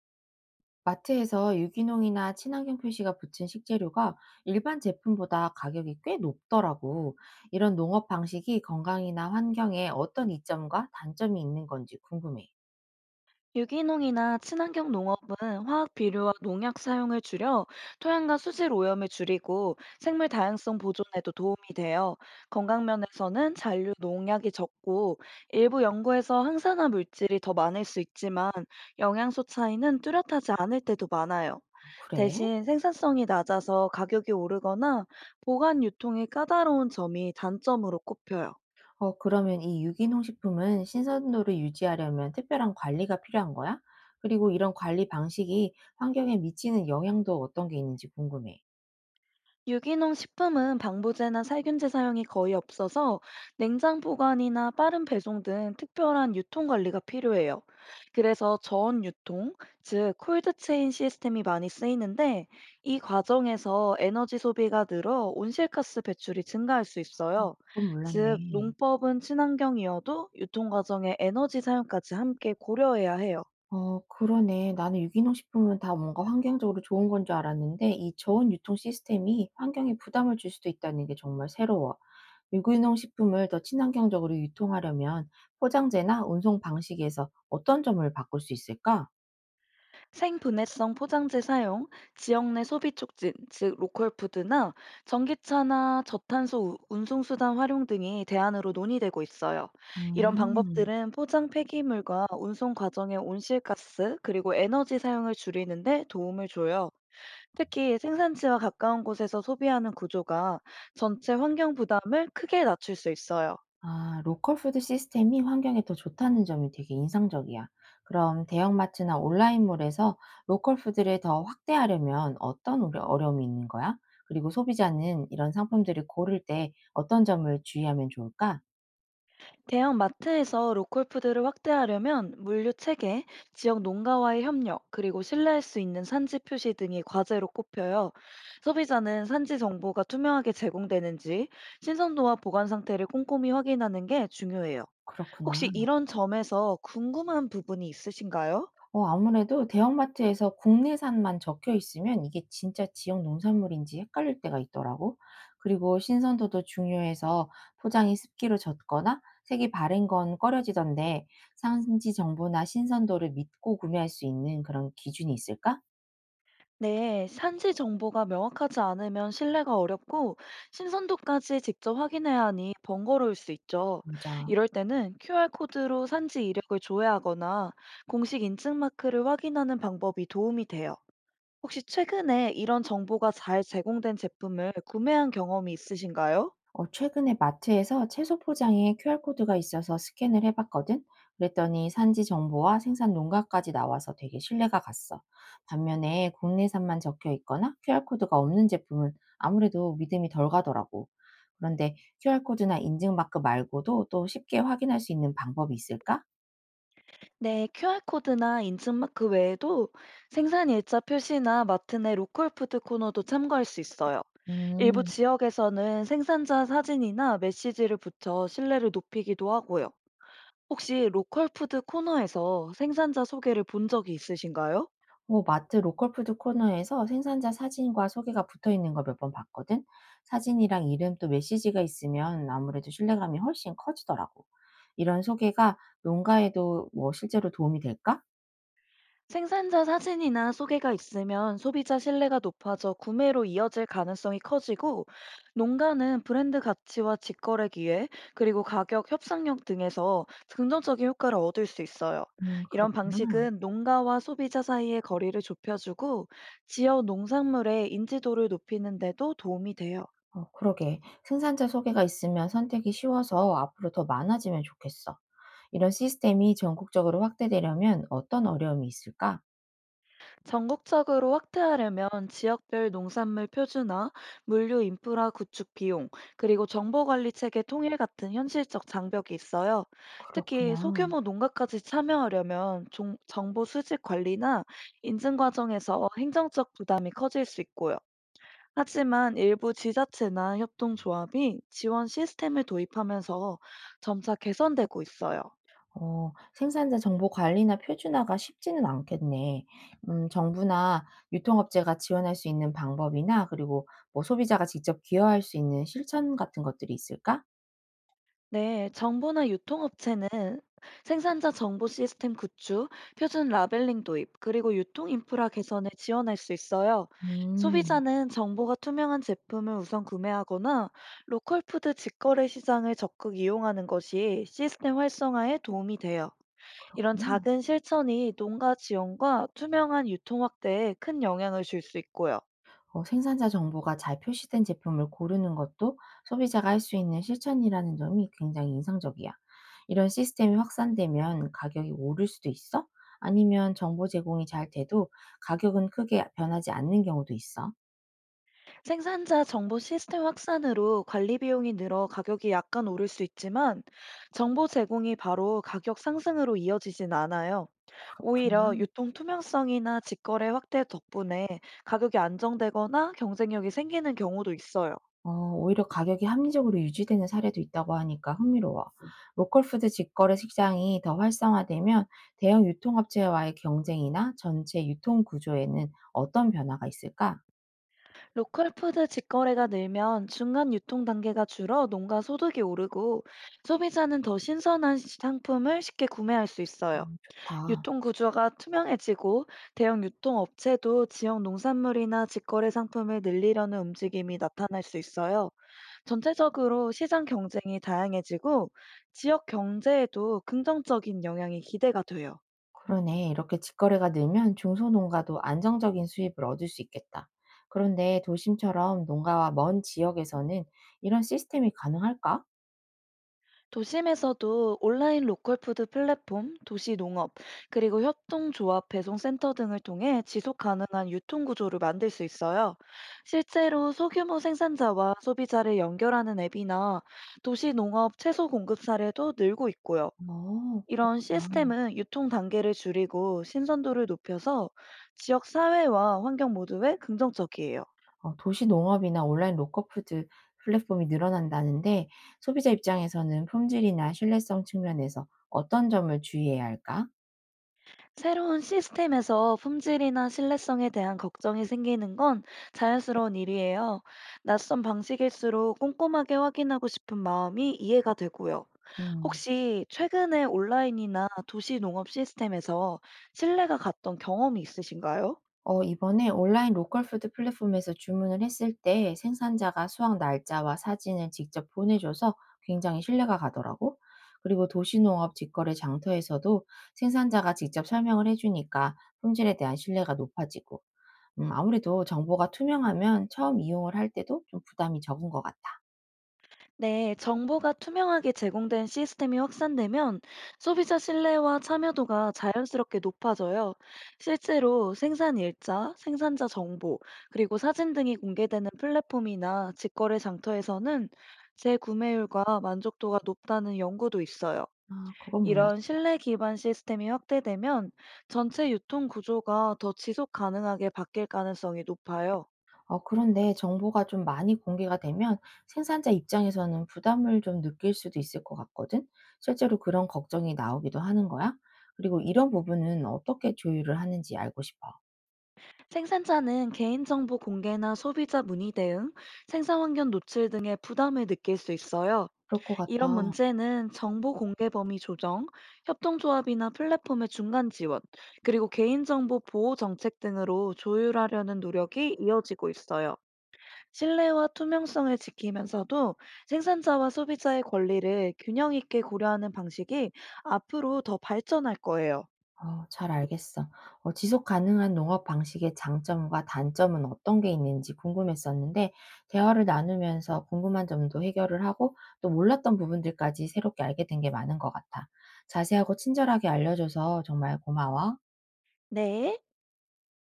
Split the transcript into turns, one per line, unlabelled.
마트에서 유기농이나 친환경 표시가 붙은 식재료가 일반 제품보다 가격이 꽤 높더라고. 이런 농업 방식이 건강이나 환경에 어떤 이점과 단점이 있는 건지 궁금해.
유기농이나 친환경 농업은 화학 비료와 농약 사용을 줄여 토양과 수질 오염을 줄이고 생물 다양성 보존에도 도움이 돼요. 건강 면에서는 잔류 농약이 적고 일부 연구에서 항산화 물질이 더 많을 수 있지만 영양소 차이는 뚜렷하지 않을 때도 많아요.
아, 그래?
대신 생산성이 낮아서 가격이 오르거나 보관 유통이 까다로운 점이 단점으로 꼽혀요.
어, 그러면 이 유기농 식품은 신선도를 유지하려면 특별한 관리가 필요한 거야? 그리고 이런 관리 방식이 환경에 미치는 영향도 어떤 게 있는지 궁금해.
유기농 식품은 방부제나 살균제 사용이 거의 없어서 냉장 보관이나 빠른 배송 등 특별한 유통 관리가 필요해요. 그래서 저온 유통, 즉 콜드체인 시스템이 많이 쓰이는데 이 과정에서 에너지 소비가 늘어 온실가스 배출이 증가할 수 있어요.
그건 몰랐네.
즉 농법은 친환경이어도 유통 과정의 에너지 사용까지 함께 고려해야 해요.
어, 그러네. 나는 유기농 식품은 다 뭔가 환경적으로 좋은 건 줄 알았는데 이 저온 유통 시스템이 환경에 부담을 줄 수도 있다는 게 정말 새로워. 유기농 식품을 더 친환경적으로 유통하려면 포장재나 운송 방식에서 어떤 점을 바꿀 수 있을까?
생분해성 포장재 사용, 지역 내 소비 촉진, 즉 로컬 푸드나 전기차나 저탄소 운송수단 활용 등이 대안으로 논의되고 있어요. 이런
음.
방법들은 포장 폐기물과 운송 과정의 온실가스 그리고 에너지 사용을 줄이는데 도움을 줘요. 특히 생산지와 가까운 곳에서 소비하는 구조가 전체 환경 부담을 크게 낮출 수 있어요.
아, 로컬 푸드 시스템이 환경에 더 좋다는 점이 되게 인상적이야. 그럼 대형마트나 온라인몰에서 로컬 푸드를 더 확대하려면 어려움이 있는 거야? 그리고 소비자는 이런 상품들을 고를 때 어떤 점을 주의하면 좋을까?
대형 마트에서 로컬 푸드를 확대하려면 물류 체계, 지역 농가와의 협력, 그리고 신뢰할 수 있는 산지 표시 등이 과제로 꼽혀요. 소비자는 산지 정보가 투명하게 제공되는지, 신선도와 보관 상태를 꼼꼼히 확인하는 게 중요해요. 혹시
그렇구나.
이런 점에서 궁금한 부분이 있으신가요?
어, 아무래도 대형마트에서 국내산만 적혀 있으면 이게 진짜 지역 농산물인지 헷갈릴 때가 있더라고. 그리고 신선도도 중요해서 포장이 습기로 젖거나 색이 바른 건 꺼려지던데 산지 정보나 신선도를 믿고 구매할 수 있는 그런 기준이 있을까?
네, 산지 정보가 명확하지 않으면 신뢰가 어렵고 신선도까지 직접 확인해야 하니 번거로울 수 있죠.
맞아.
이럴 때는 QR코드로 산지 이력을 조회하거나 공식 인증 마크를 확인하는 방법이 도움이 돼요. 혹시 최근에 이런 정보가 잘 제공된 제품을 구매한 경험이 있으신가요?
어, 최근에 마트에서 채소 포장에 QR코드가 있어서 스캔을 해봤거든? 그랬더니 산지 정보와 생산 농가까지 나와서 되게 신뢰가 갔어. 반면에 국내산만 적혀 있거나 QR코드가 없는 제품은 아무래도 믿음이 덜 가더라고. 그런데 QR코드나 인증마크 말고도 또 쉽게 확인할 수 있는 방법이 있을까?
네, QR코드나 인증마크 외에도 생산 일자 표시나 마트 내 로컬 푸드 코너도 참고할 수 있어요. 일부
음.
지역에서는 생산자 사진이나 메시지를 붙여 신뢰를 높이기도 하고요. 혹시 로컬 푸드 코너에서 생산자 소개를 본 적이 있으신가요?
어, 마트 로컬 푸드 코너에서 생산자 사진과 소개가 붙어 있는 걸 몇 번 봤거든. 사진이랑 이름 또 메시지가 있으면 아무래도 신뢰감이 훨씬 커지더라고. 이런 소개가 농가에도 뭐 실제로 도움이 될까?
생산자 사진이나 소개가 있으면 소비자 신뢰가 높아져 구매로 이어질 가능성이 커지고 농가는 브랜드 가치와 직거래 기회 그리고 가격 협상력 등에서 긍정적인 효과를 얻을 수 있어요. 이런
그렇구나.
방식은 농가와 소비자 사이의 거리를 좁혀주고 지역 농산물의 인지도를 높이는 데도 도움이 돼요.
어, 그러게. 생산자 소개가 있으면 선택이 쉬워서 앞으로 더 많아지면 좋겠어. 이런 시스템이 전국적으로 확대되려면 어떤 어려움이 있을까?
전국적으로 확대하려면 지역별 농산물 표준화, 물류 인프라 구축 비용, 그리고 정보 관리 체계 통일 같은 현실적 장벽이 있어요. 특히
그렇구나.
소규모 농가까지 참여하려면 정보 수집 관리나 인증 과정에서 행정적 부담이 커질 수 있고요. 하지만 일부 지자체나 협동조합이 지원 시스템을 도입하면서 점차 개선되고 있어요.
어, 생산자 정보 관리나 표준화가 쉽지는 않겠네. 정부나 유통업체가 지원할 수 있는 방법이나 그리고 뭐 소비자가 직접 기여할 수 있는 실천 같은 것들이 있을까?
네, 정부나 유통업체는 생산자 정보 시스템 구축, 표준 라벨링 도입, 그리고 유통 인프라 개선을 지원할 수 있어요.
음,
소비자는 정보가 투명한 제품을 우선 구매하거나 로컬 푸드 직거래 시장을 적극 이용하는 것이 시스템 활성화에 도움이 돼요. 이런
그렇구나.
작은 실천이 농가 지원과 투명한 유통 확대에 큰 영향을 줄 수 있고요.
어, 생산자 정보가 잘 표시된 제품을 고르는 것도 소비자가 할 수 있는 실천이라는 점이 굉장히 인상적이야. 이런 시스템이 확산되면 가격이 오를 수도 있어? 아니면 정보 제공이 잘 돼도 가격은 크게 변하지 않는 경우도 있어?
생산자 정보 시스템 확산으로 관리 비용이 늘어 가격이 약간 오를 수 있지만 정보 제공이 바로 가격 상승으로 이어지진 않아요. 오히려
그렇구나.
유통 투명성이나 직거래 확대 덕분에 가격이 안정되거나 경쟁력이 생기는 경우도 있어요.
어, 오히려 가격이 합리적으로 유지되는 사례도 있다고 하니까 흥미로워. 로컬 푸드 직거래 시장이 더 활성화되면 대형 유통업체와의 경쟁이나 전체 유통 구조에는 어떤 변화가 있을까?
로컬푸드 직거래가 늘면 중간 유통 단계가 줄어 농가 소득이 오르고 소비자는 더 신선한 상품을 쉽게 구매할 수 있어요.
음, 좋다.
유통 구조가 투명해지고 대형 유통업체도 지역 농산물이나 직거래 상품을 늘리려는 움직임이 나타날 수 있어요. 전체적으로 시장 경쟁이 다양해지고 지역 경제에도 긍정적인 영향이 기대가 돼요.
그러네. 이렇게 직거래가 늘면 중소농가도 안정적인 수입을 얻을 수 있겠다. 그런데 도심처럼 농가와 먼 지역에서는 이런 시스템이 가능할까?
도심에서도 온라인 로컬푸드 플랫폼, 도시농업, 그리고 협동조합 배송센터 등을 통해 지속 가능한 유통구조를 만들 수 있어요. 실제로 소규모 생산자와 소비자를 연결하는 앱이나 도시농업 채소 공급 사례도 늘고 있고요.
어,
이런
그렇구나.
시스템은 유통 단계를 줄이고 신선도를 높여서 지역 사회와 환경 모두에 긍정적이에요.
어, 도시 농업이나 온라인 로컬푸드 플랫폼이 늘어난다는데 소비자 입장에서는 품질이나 신뢰성 측면에서 어떤 점을 주의해야 할까?
새로운 시스템에서 품질이나 신뢰성에 대한 걱정이 생기는 건 자연스러운 일이에요. 낯선 방식일수록 꼼꼼하게 확인하고 싶은 마음이 이해가 되고요.
음.
혹시 최근에 온라인이나 도시 농업 시스템에서 신뢰가 갔던 경험이 있으신가요?
어, 이번에 온라인 로컬푸드 플랫폼에서 주문을 했을 때 생산자가 수확 날짜와 사진을 직접 보내줘서 굉장히 신뢰가 가더라고. 그리고 도시농업 직거래 장터에서도 생산자가 직접 설명을 해주니까 품질에 대한 신뢰가 높아지고, 음, 아무래도 정보가 투명하면 처음 이용을 할 때도 좀 부담이 적은 것 같아.
네, 정보가 투명하게 제공된 시스템이 확산되면 소비자 신뢰와 참여도가 자연스럽게 높아져요. 실제로 생산 일자, 생산자 정보, 그리고 사진 등이 공개되는 플랫폼이나 직거래 장터에서는 재구매율과 만족도가 높다는 연구도 있어요.
아, 그건 몰랐어.
이런 신뢰 기반 시스템이 확대되면 전체 유통 구조가 더 지속 가능하게 바뀔 가능성이 높아요.
어, 그런데 정보가 좀 많이 공개가 되면 생산자 입장에서는 부담을 좀 느낄 수도 있을 것 같거든. 실제로 그런 걱정이 나오기도 하는 거야? 그리고 이런 부분은 어떻게 조율을 하는지 알고 싶어.
생산자는 개인정보 공개나 소비자 문의 대응, 생산 환경 노출 등의 부담을 느낄 수 있어요.
그럴 것
이런
같아.
문제는 정보 공개 범위 조정, 협동조합이나 플랫폼의 중간 지원, 그리고 개인정보 보호 정책 등으로 조율하려는 노력이 이어지고 있어요. 신뢰와 투명성을 지키면서도 생산자와 소비자의 권리를 균형 있게 고려하는 방식이 앞으로 더 발전할 거예요.
어, 잘 알겠어. 어, 지속 가능한 농업 방식의 장점과 단점은 어떤 게 있는지 궁금했었는데 대화를 나누면서 궁금한 점도 해결을 하고 또 몰랐던 부분들까지 새롭게 알게 된 게 많은 것 같아. 자세하고 친절하게 알려줘서 정말 고마워.
네.